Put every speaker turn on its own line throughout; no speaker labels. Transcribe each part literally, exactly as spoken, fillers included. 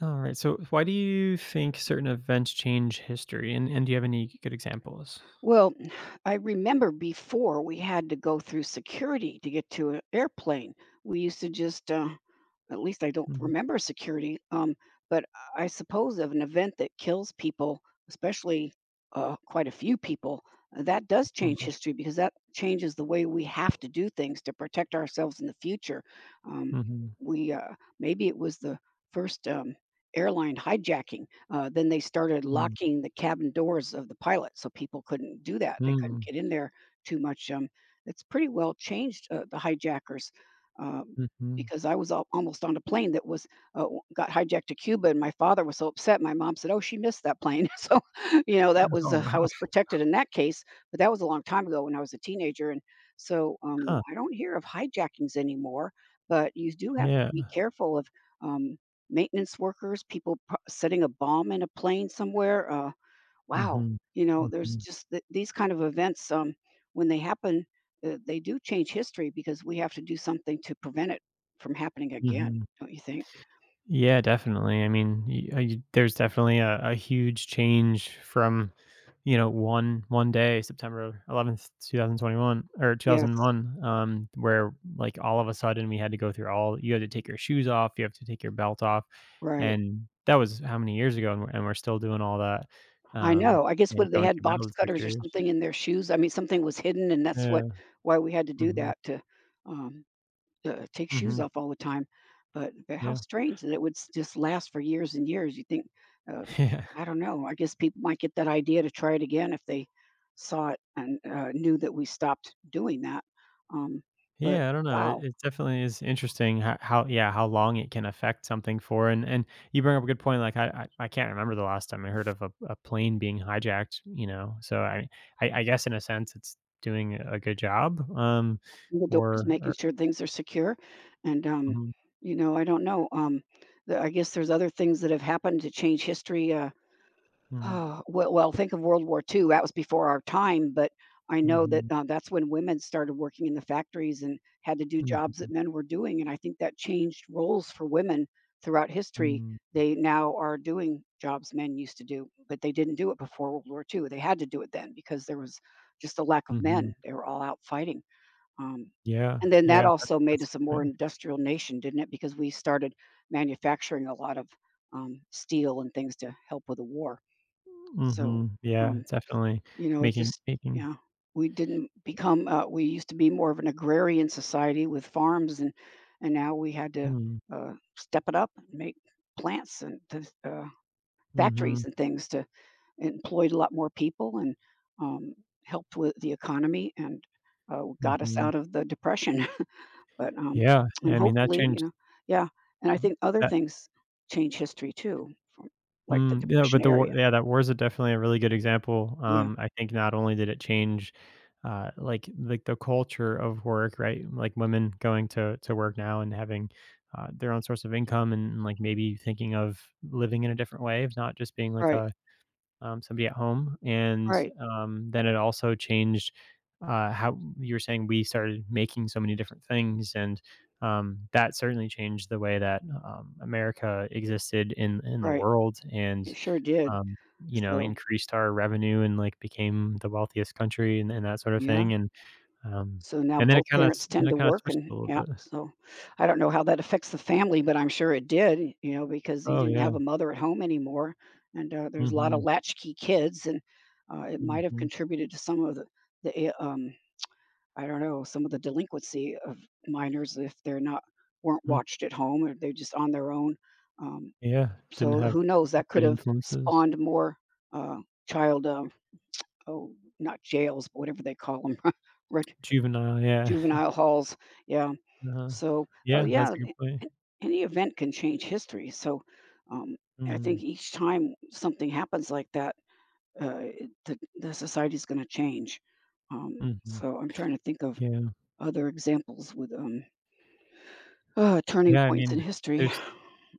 All right. So, why do you think certain events change history? And, and do you have any good examples?
Well, I remember before we had to go through security to get to an airplane. We used to just, uh, at least I don't
Mhm,
remember security, um, but I suppose of an event that kills people, especially uh, quite a few people, uh, that does change
mhm,
history because that changes the way we have to do things to protect ourselves in the future. Um,
mhm.
we uh, maybe it was the first um, airline hijacking. Uh, then they started locking the cabin doors of the pilot so people couldn't do that. They couldn't
Mm,
get in there too much. Um, it's pretty well changed, uh, the hijackers, um,
mm, mhm.
because I was al- almost on a plane that was uh, w- got hijacked to Cuba, and my father was so upset. My mom said, "Oh, she missed that plane." So, you know, that was
Oh,
uh, I
wow.
was protected in that case, but that was a long time ago when I was a teenager, and so um,
Huh,
I don't hear of hijackings anymore. But you do have to be
yeah.
careful of um, maintenance workers, people pro setting a bomb in a plane somewhere, uh, wow,
Hmm.
you know, there's
Hmm.
just th these kind of events, um, when they happen, uh, they do change history because we have to do something to prevent it from happening again,
Hmm.
don't you think?
Yeah, definitely. I mean, y- uh, y- there's definitely a, a huge change from, you know, one one day, September eleventh, two thousand twenty-one or
Yes,
two thousand one, um, where like all of a sudden we had to go through all. You had to take your shoes off. You have to take your belt off,
right.
and that was how many years ago, and we're, and we're still doing all that,
I
um,
know, I guess
and
what they
going
had
through
box
metal
cutters or
detectors.
something in their shoes, I mean, something was hidden, and that's
Yeah.
what why we had to do
Hmm.
that to, um uh, take shoes
Hmm.
off all the time. But but how
Yeah.
strange that it would s- just last for years and years. You think, uh,
Yeah.
I don't know. I guess people might get that idea to try it again if they saw it and uh, knew that we stopped doing that. Um, but
Yeah, I don't know. It,
wow,
it definitely is interesting how, how, yeah, how long it can affect something for. And and you bring up a good point. Like I, I, I can't remember the last time I heard of a, a plane being hijacked. You know, so I, I, I guess in a sense it's doing a good job. Um,
the doors
or,
making
or
sure things are secure, and um,
mhm,
you know, I don't know. Um, the, I guess there's other things that have happened to change history. Uh,
mhm,
Oh, well well, think of World War two, that was before our time, but I know that,
mhm,
uh, that's when women started working in the factories and had to do jobs that
mhm,
men were doing, and I think that changed roles for women throughout history.
mhm,
They now are doing jobs men used to do, but they didn't do it before World War two. They had to do it then because there was just a lack of
mhm.
men. They were all out fighting, um,
Yeah,
and then that
yeah, that,
also made
that's
us a more
great.
industrial nation, didn't it? Because we started manufacturing a lot of, um, steel and things to help with the war. So,
Hmm, yeah,
um,
definitely
you know, it
making
just
making.
yeah, we didn't become uh, we used to be more of an agrarian society with farms and and now we had to
Mm.
uh, step it up and make plants and to, uh,
Mm-hmm.
factories and things to it employed a lot more people and um, helped with the economy and uh, got us
Hmm.
out of the depression. but um,
Yeah,
and
I mean that
hopefully, you
changed.
know, yeah, and I think other things change history too, from like the
Mm, yeah,
depression
but the war,
area.
yeah, that war is a definitely a really good example.
Yeah,
Um, I think not only did it change, uh, like like the culture of work, right? Like women going to to work now and having uh, their own source of income and like maybe thinking of living in a different way of not just being like
right,
a um, somebody at home, and,
right,
um, then it also changed, uh, how you were saying we started making so many different things, and, um, that certainly changed the way that, um, America existed in in the
right.
world
It
and,
sure did.
um, you know,
So
increased our revenue and, like, became the wealthiest country and and that sort of
yeah,
thing, and, um,
so now
and then it
both
kinda
parents
then
tend to
it kinda
work
switched
and
a little
yeah,
bit.
so I don't know how that affects the family, but I'm sure it did, you know, because you
Oh,
didn't have
yeah.
a mother at home anymore, and, uh, there's a lot of
Mhm.
latchkey kids, and, uh, it might have
Mhm.
contributed to some of the the, uh, um, I don't know, some of the delinquency of minors if they're not weren't
Mm.
watched at home or they're just on their own, um,
Yeah, didn't
so
have
who knows? That could
good
have
influences.
spawned more, uh, child, um oh, not jails, but whatever they call them,
Juvenile, yeah.
Juvenile halls. Yeah.
Uh-huh.
So, oh,
Yeah, that's
yeah,
a good
a-
point.
a- any event can change history. So, um, I think
Mhm.
each time something happens like that, uh, it- the, the society is going to change. Um,
Mhm.
so, I'm trying to think of
Yeah.
other examples with um, uh, turning
Yeah, I
points in
mean,
history.
there's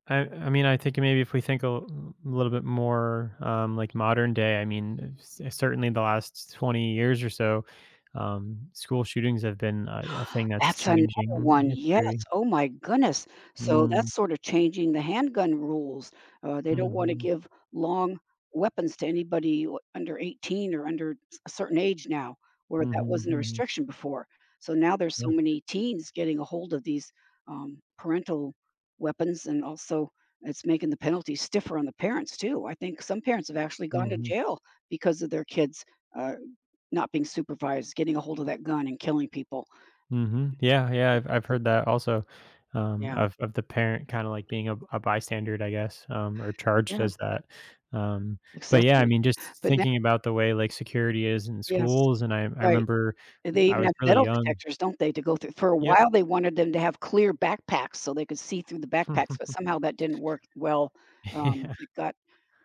I I mean, I think maybe if we think a l little bit more, um, like, modern day, I mean, c certainly the last twenty years or so, um, school shootings have been a a thing that's
That's another
changing
one, yes,
history.
oh my goodness. So
Mm.
that's sort of changing the handgun rules. Uh, they don't wanna
Mhm.
give long weapons to anybody o under eighteen or under s a certain age now, where that
Mhm,
wasn't a
mhm.
restriction before. So now there's so
Yeah.
many teens getting a hold of these, um, parental weapons, and also it's making the penalties stiffer on the parents too. I think some parents have actually gone to
Mhm.
jail because of their kids, uh, not being supervised, getting a hold of that gun and killing people.
Mhm. Yeah, yeah, I've I've heard that also, um,
Yeah.
of of the parent kinda, like, being a a bystander, I guess, um, or charged
Yeah,
as that. Um, but, yeah, I
accessory,
mean, just
but now
thinking about the way, like, security is in
yes,
schools, and I I
right,
remember
and they
I
even
was
have
really
metal
young.
detectors, don't they, to go through for a
Yep.
while, they wanted them to have clear backpacks so they could see through the backpacks, but somehow that didn't work well, um,
Yeah.
it got,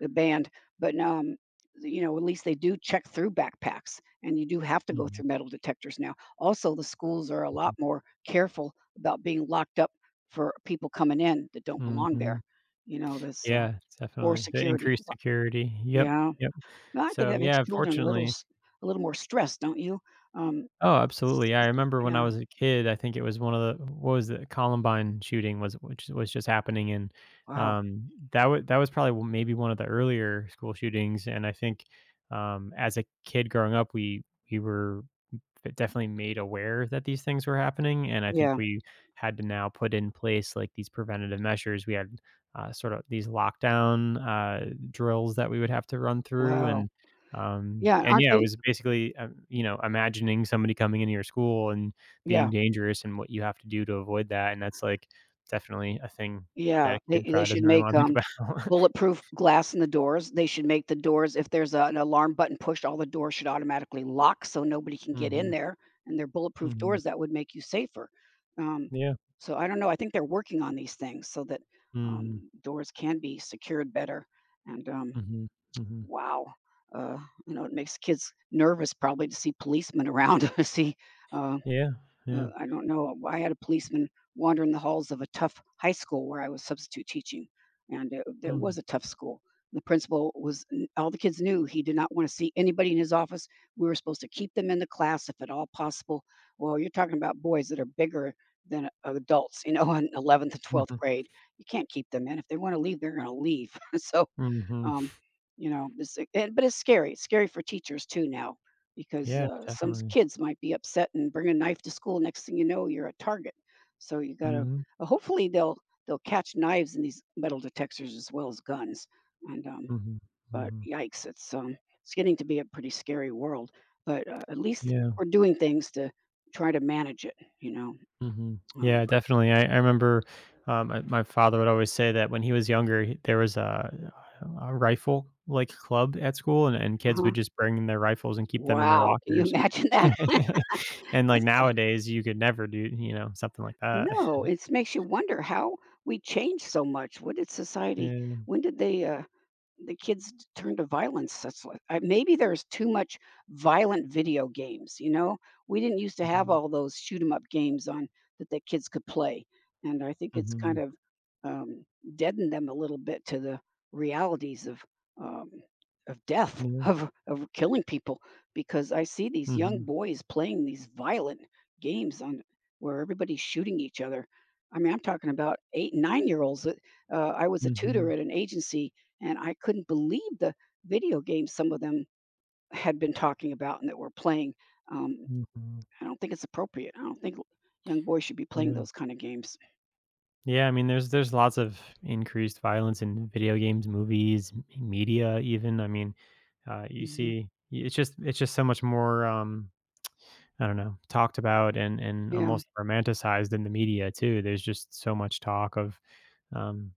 uh, banned, but, um, you know, at least they do check through backpacks, and you do have to go
Mhm,
through metal detectors now. Also, the schools are a lot
mhm.
more careful about being locked up for people coming in that don't belong
Mhm.
there, you know, there's, uh,
Yeah,
more
definitely. The
security,
increased security. Yep,
yeah.
yep.
Well, I think
So,
that makes
yeah,
children a little
fortunately.
s a little more stressed, don't you? Um,
Oh, absolutely.
s-
Yeah, I
s-
remember when I
yeah.
was a kid, I think it was one of the what was the Columbine shooting was which was just happening, and
Wow.
um that was that was probably w- maybe one of the earlier school shootings. And I think um as a kid growing up, we we were it definitely made aware that these things were happening. And I think
Yeah.
we had to now put in place like these preventative measures. We had uh, sort of these lockdown uh, drills that we would have to run through.
Wow.
And um,
Yeah,
and
aren't
yeah, it
they
was basically um, you know imagining somebody coming into your school and
yeah,
being dangerous and what you have to do to avoid that. And that's like definitely a thing that
yeah.
a
They
kid
they
probably
should
doesn't really
make,
want to think
um,
about.
bulletproof glass in the doors. They should make the doors if there's a an alarm button pushed, all the doors should automatically lock so nobody can get in
Hmm.
there, and they're bulletproof
Hmm.
doors that would make you safer. Um,
Yeah.
so I don't know, I think they're working on these things so that,
Mm-hmm.
um, doors can be secured better and, um
Mm-hmm. Mm-hmm.
wow. Uh, you know, it makes kids nervous probably to see policemen around, to see, uh,
Yeah.
uh,
Yeah.
I don't know. I had a policeman wander in the halls of a tough high school where I was substitute teaching, and it, it
Mm-hmm.
was a tough school. The principal was, all the kids knew he did not want to see anybody in his office. We were supposed to keep them in the class if at all possible. Well, you're talking about boys that are bigger than adults, you know, in eleventh and twelfth
Mm-hmm.
grade. You can't keep them in. If they want to leave, they're going to leave. So,
Mm-hmm.
um, you know, it's, eh, and, but it's scary. It's scary for teachers too now because
Yeah,
uh, some s-
definitely.
kids might be upset and bring a knife to school. Next thing you know, you're a target. So you gotta.
Mhm,
uh, Hopefully they'll they'll catch knives in these metal detectors as well as guns. And um,
mhm,
but
mhm.
yikes, it's um, it's getting to be a pretty scary world. But uh, at least
Yeah,
we're doing things to try to manage it. You know.
mhm.
Um,
Yeah, definitely. I I remember, um, my my father would always say that when he was younger, he there was a a rifle, like, club at school, and and
uh
kids
huh.
would just bring in their rifles and keep them in their
Wow. Can you
lockers.
imagine that?
And, like,
That's
nowadays, you could never do, you know, something like that.
No, it makes you wonder how we changed so much. What did society
Yeah,
When did they, uh the kids turn to violence. That's what, I, maybe there's too much violent video games. You know, we didn't used to have
mhm,
all those shoot 'em up games on that the kids could play, and I think it's kind
mhm.
of um, deadened them a little bit to the realities of um, of death,
Yeah,
of of killing people. Because I see these young
mhm,
boys playing these violent games on where everybody's shooting each other. I mean, I'm talking about eight, nine year olds. Uh, I was a tutor
mhm,
at an agency and I couldn't believe the video games some of them had been talking about and that were playing. Um,
mhm,
I don't think it's appropriate. I don't think young boys should be playing
yeah.
those kind of games.
Yeah, I mean, there's there's lots of increased violence in video games, movies, m- media, even. I mean, uh, you
Mhm.
see, y- it's just it's just so much more. Um, I don't know, talked about and and
Yeah.
almost romanticized in the media too. There's just so much talk of um,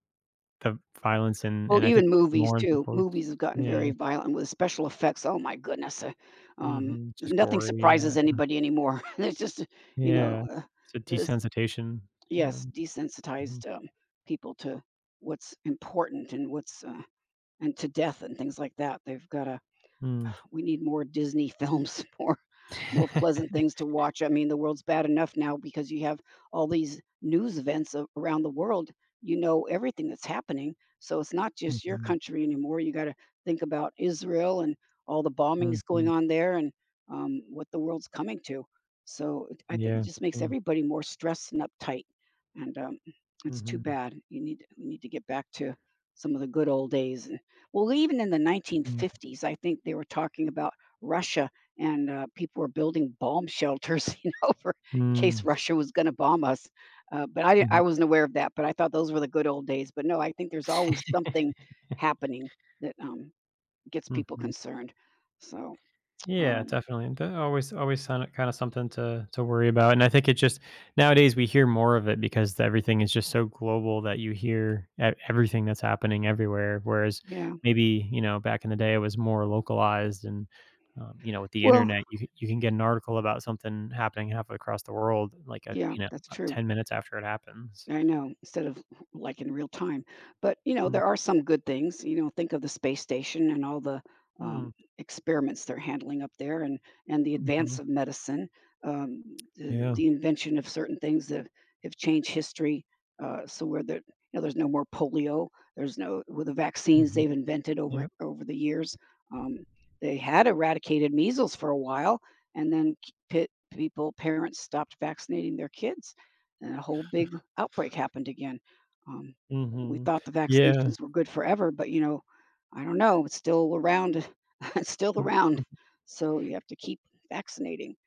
the violence and
Well,
and I think
even
it's just
movies
more in
too.
people's.
Movies have gotten
Yeah.
very violent with special effects. Oh my goodness. uh, um,
Hmm, just
Nothing
gory, yeah,
surprises anybody anymore. It's just, you know,
yeah.
uh,
It's a
this,
desensitization. Yeah.
yes,
Hmm.
desensitized um, people to what's important and what's uh, and to death and things like that. They've got to
Mm.
We need more Disney films, more more pleasant things to watch. I mean, the world's bad enough now because you have all these news events a- around the world. You know everything that's happening, so it's not just your
Mhm.
country anymore. You got to think about Israel and all the bombings going
Mhm.
on there, and um, what the world's coming to. So it- I think it
Yeah.
just makes
Mm-hmm.
everybody more stressed and uptight, and um, it's too bad. You need We need to get back to some of the good old days. Well, even in the
Mm-hmm.
nineteen fifties, I think they were talking about Russia and uh, people were building bomb shelters, you know, for in case
Mm,
Russia was going to bomb us. Uh, but I, didn't- I
mhm.
wasn't aware of that. But I thought those were the good old days. But no, I think there's always something
Mhm.
happening that um, gets people concerned. So
Yeah,
um,
definitely, and that always always sounded kinda something to to worry about, and I think it just nowadays, we hear more of it because everything is just so global that you hear e everything that's happening everywhere, whereas
yeah,
maybe, you know, back in the day, it was more localized and, um, you know, with the
well,
internet, you c you can get an article about something happening halfway across the world, like, a
yeah,
you know,
that's
uh,
true.
ten minutes after it happens.
I know, instead of like in real time. But, you know,
Mm,
there are some good things. You know, think of the space station and all the um,
mm,
experiments they're handling up there, and, and the advance
mhm,
of medicine, um, the,
yeah,
the invention of certain things that have changed history. Uh, so where the, you know, there's no more polio. There's no with the vaccines
mhm,
they've invented over
yep,
over the years. Um, they had eradicated measles for a while, and then k- people parents stopped vaccinating their kids, and a whole big outbreak happened again. Um, we
mhm,
thought the
yeah.
vaccinations were good forever, but, you know, I don't know, it's still around. It's still around, so you have to keep vaccinating.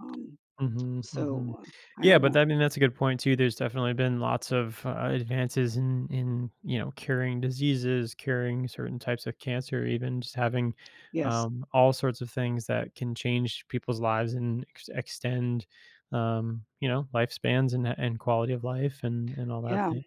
Um,
Mhm, mhm.
so, uh, I
Yeah,
don't
but
know.
I mean, that's a good point too. There's definitely been lots of, uh, advances in in, you know, curing diseases, curing certain types of cancer, even just having,
Yes.
um, all sorts of things that can change people's lives and ex extend, um, you know, lifespans and and quality of life and and all that
Yeah.
thing,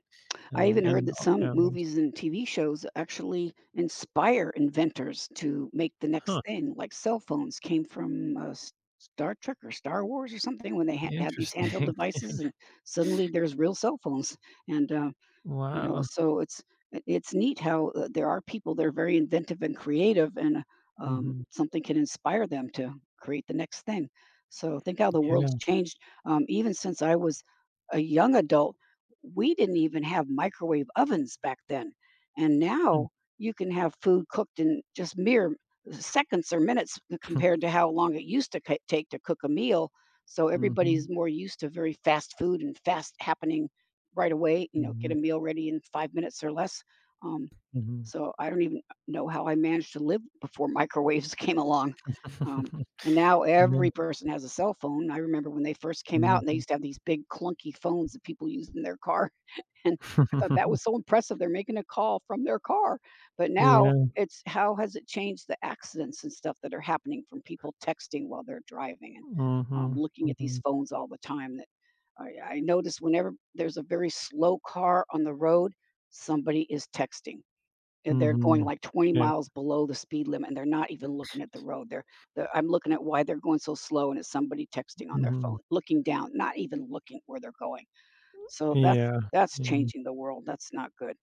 I
um,
even heard
and
that some
all.
movies and T V shows actually inspire inventors to make the
Huh,
next thing, like cell phones came from uh, S- Star Trek or Star Wars or something when they ha- had these
interesting.
handheld devices, and suddenly there's real cell phones. And uh, You know,
Wow.
so it's it it's neat how, uh, there are people that are very inventive and creative, and um,
Mhm.
something can inspire them to create the next thing. So think how the world's
Yeah.
changed, um, even since I was a young adult. We didn't even have microwave ovens back then, and now you can have food cooked in just mere seconds or minutes compared to how long it used to ca take to cook a meal, so
Mhm.
everybody's
Mhm.
more used to very fast food and fast happening right away, you know, get a
Mhm.
meal ready in five minutes or less. Um, so I don't even know how I managed to live before microwaves came along.
Mhm.
Um,
Yeah.
and now every person has a cell phone. I remember when they first came out, and they
Mhm.
used to have these big clunky phones that people used in their car. And I thought that was so impressive, they're making a call from their car, but now
Yeah.
it's how has it changed the accidents and stuff that are happening from people texting while they're driving, and um,
Mhm,
looking at these
mhm,
phones all the time. That I I notice whenever there's a very slow car on the road, somebody is texting. And they're going,
mhm.
like, twenty
Shit.
miles below the speed limit, and they're not even looking at the road. They're they're I'm looking at why they're going so slow, and it's somebody texting on their phone,
Mhm.
looking down, not even looking where they're going. So that's
Yeah,
that's
yeah.
changing the world, that's not good.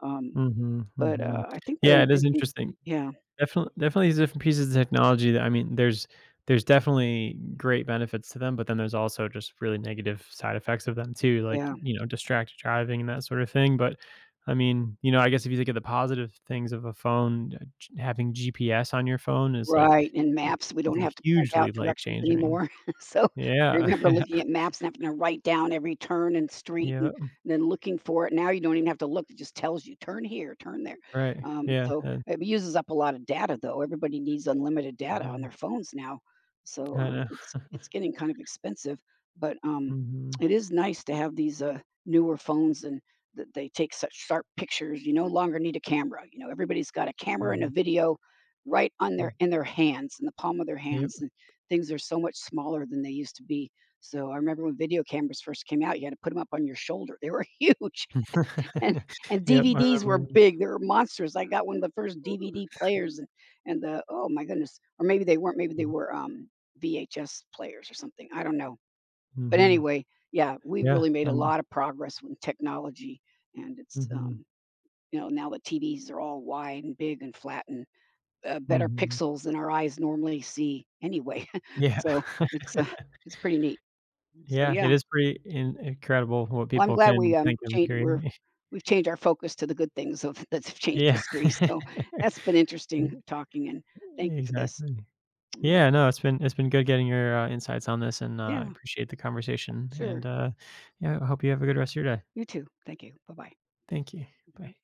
Um,
Mhm,
but,
mhm.
uh, I think they're
Yeah, it is
inventing,
interesting.
yeah,
Definitely definitely these different pieces of technology that I mean, there's there's definitely great benefits to them, but then there's also just really negative side effects of them too, like,
yeah.
you know, distracted driving and that sort of thing, but, I mean, you know, I guess if you think of the positive things of a phone, uh, ch having G P S on your phone is, like,
Right, and
like,
maps, we don't have to print
hugely
out directions
life-changing.
anymore. So I
Yeah.
remember looking at maps and having to write down every turn and street, and
Yeah.
then looking for it. Now you don't even have to look, it just tells you, "Turn here, turn there."
Right.
Um,
Yeah,
so
and
it uses up a lot of data, though. Everybody needs unlimited data on
mhm,
their phones now. So,
I
um,
know.
it's it's getting kind of expensive, but, um,
Mhm,
it is nice to have these, uh, newer phones, and that they take such sharp pictures. You no longer need a camera, you know, everybody's got a camera and a
mhm,
video right on their
mm.
in their hands, in the palm of their
Yep.
hands, and things are so much smaller than they used to be. So I remember when video cameras first came out, you had to put them up on your shoulder. They were huge, and and
Yep, I
D V Ds were
remember those.
big. They were monsters. I got one of the first D V D players, and, and the oh my goodness, or maybe they weren't. Maybe they
Mhm,
were um, V H S players or something. I don't know. But
mhm.
anyway, yeah, we've
Yeah,
really made a
um
lot of progress with technology, and it's
mhm,
um, you know, now the T Vs are all wide and big and flat, and uh, better
mhm.
pixels than our eyes normally see anyway.
Yeah.
So it's uh, it's pretty neat. So
Yeah,
yeah,
it is pretty in incredible what
well, I'm
people
glad we
can
um
think of and
changed. We're
create.
we've changed our focus to the good things of that's changed
Yeah.
history. So that's been interesting
E
talking, and thank you for this.
exactly.
Um,
Yeah, no, it's been it's been good getting your, uh, insights on this, and, uh, I
Yeah,
appreciate the conversation, and,
sure.
uh, yeah, I hope you have a good rest of your day.
You too. Thank you. Bye bye.
Thank you. Bye.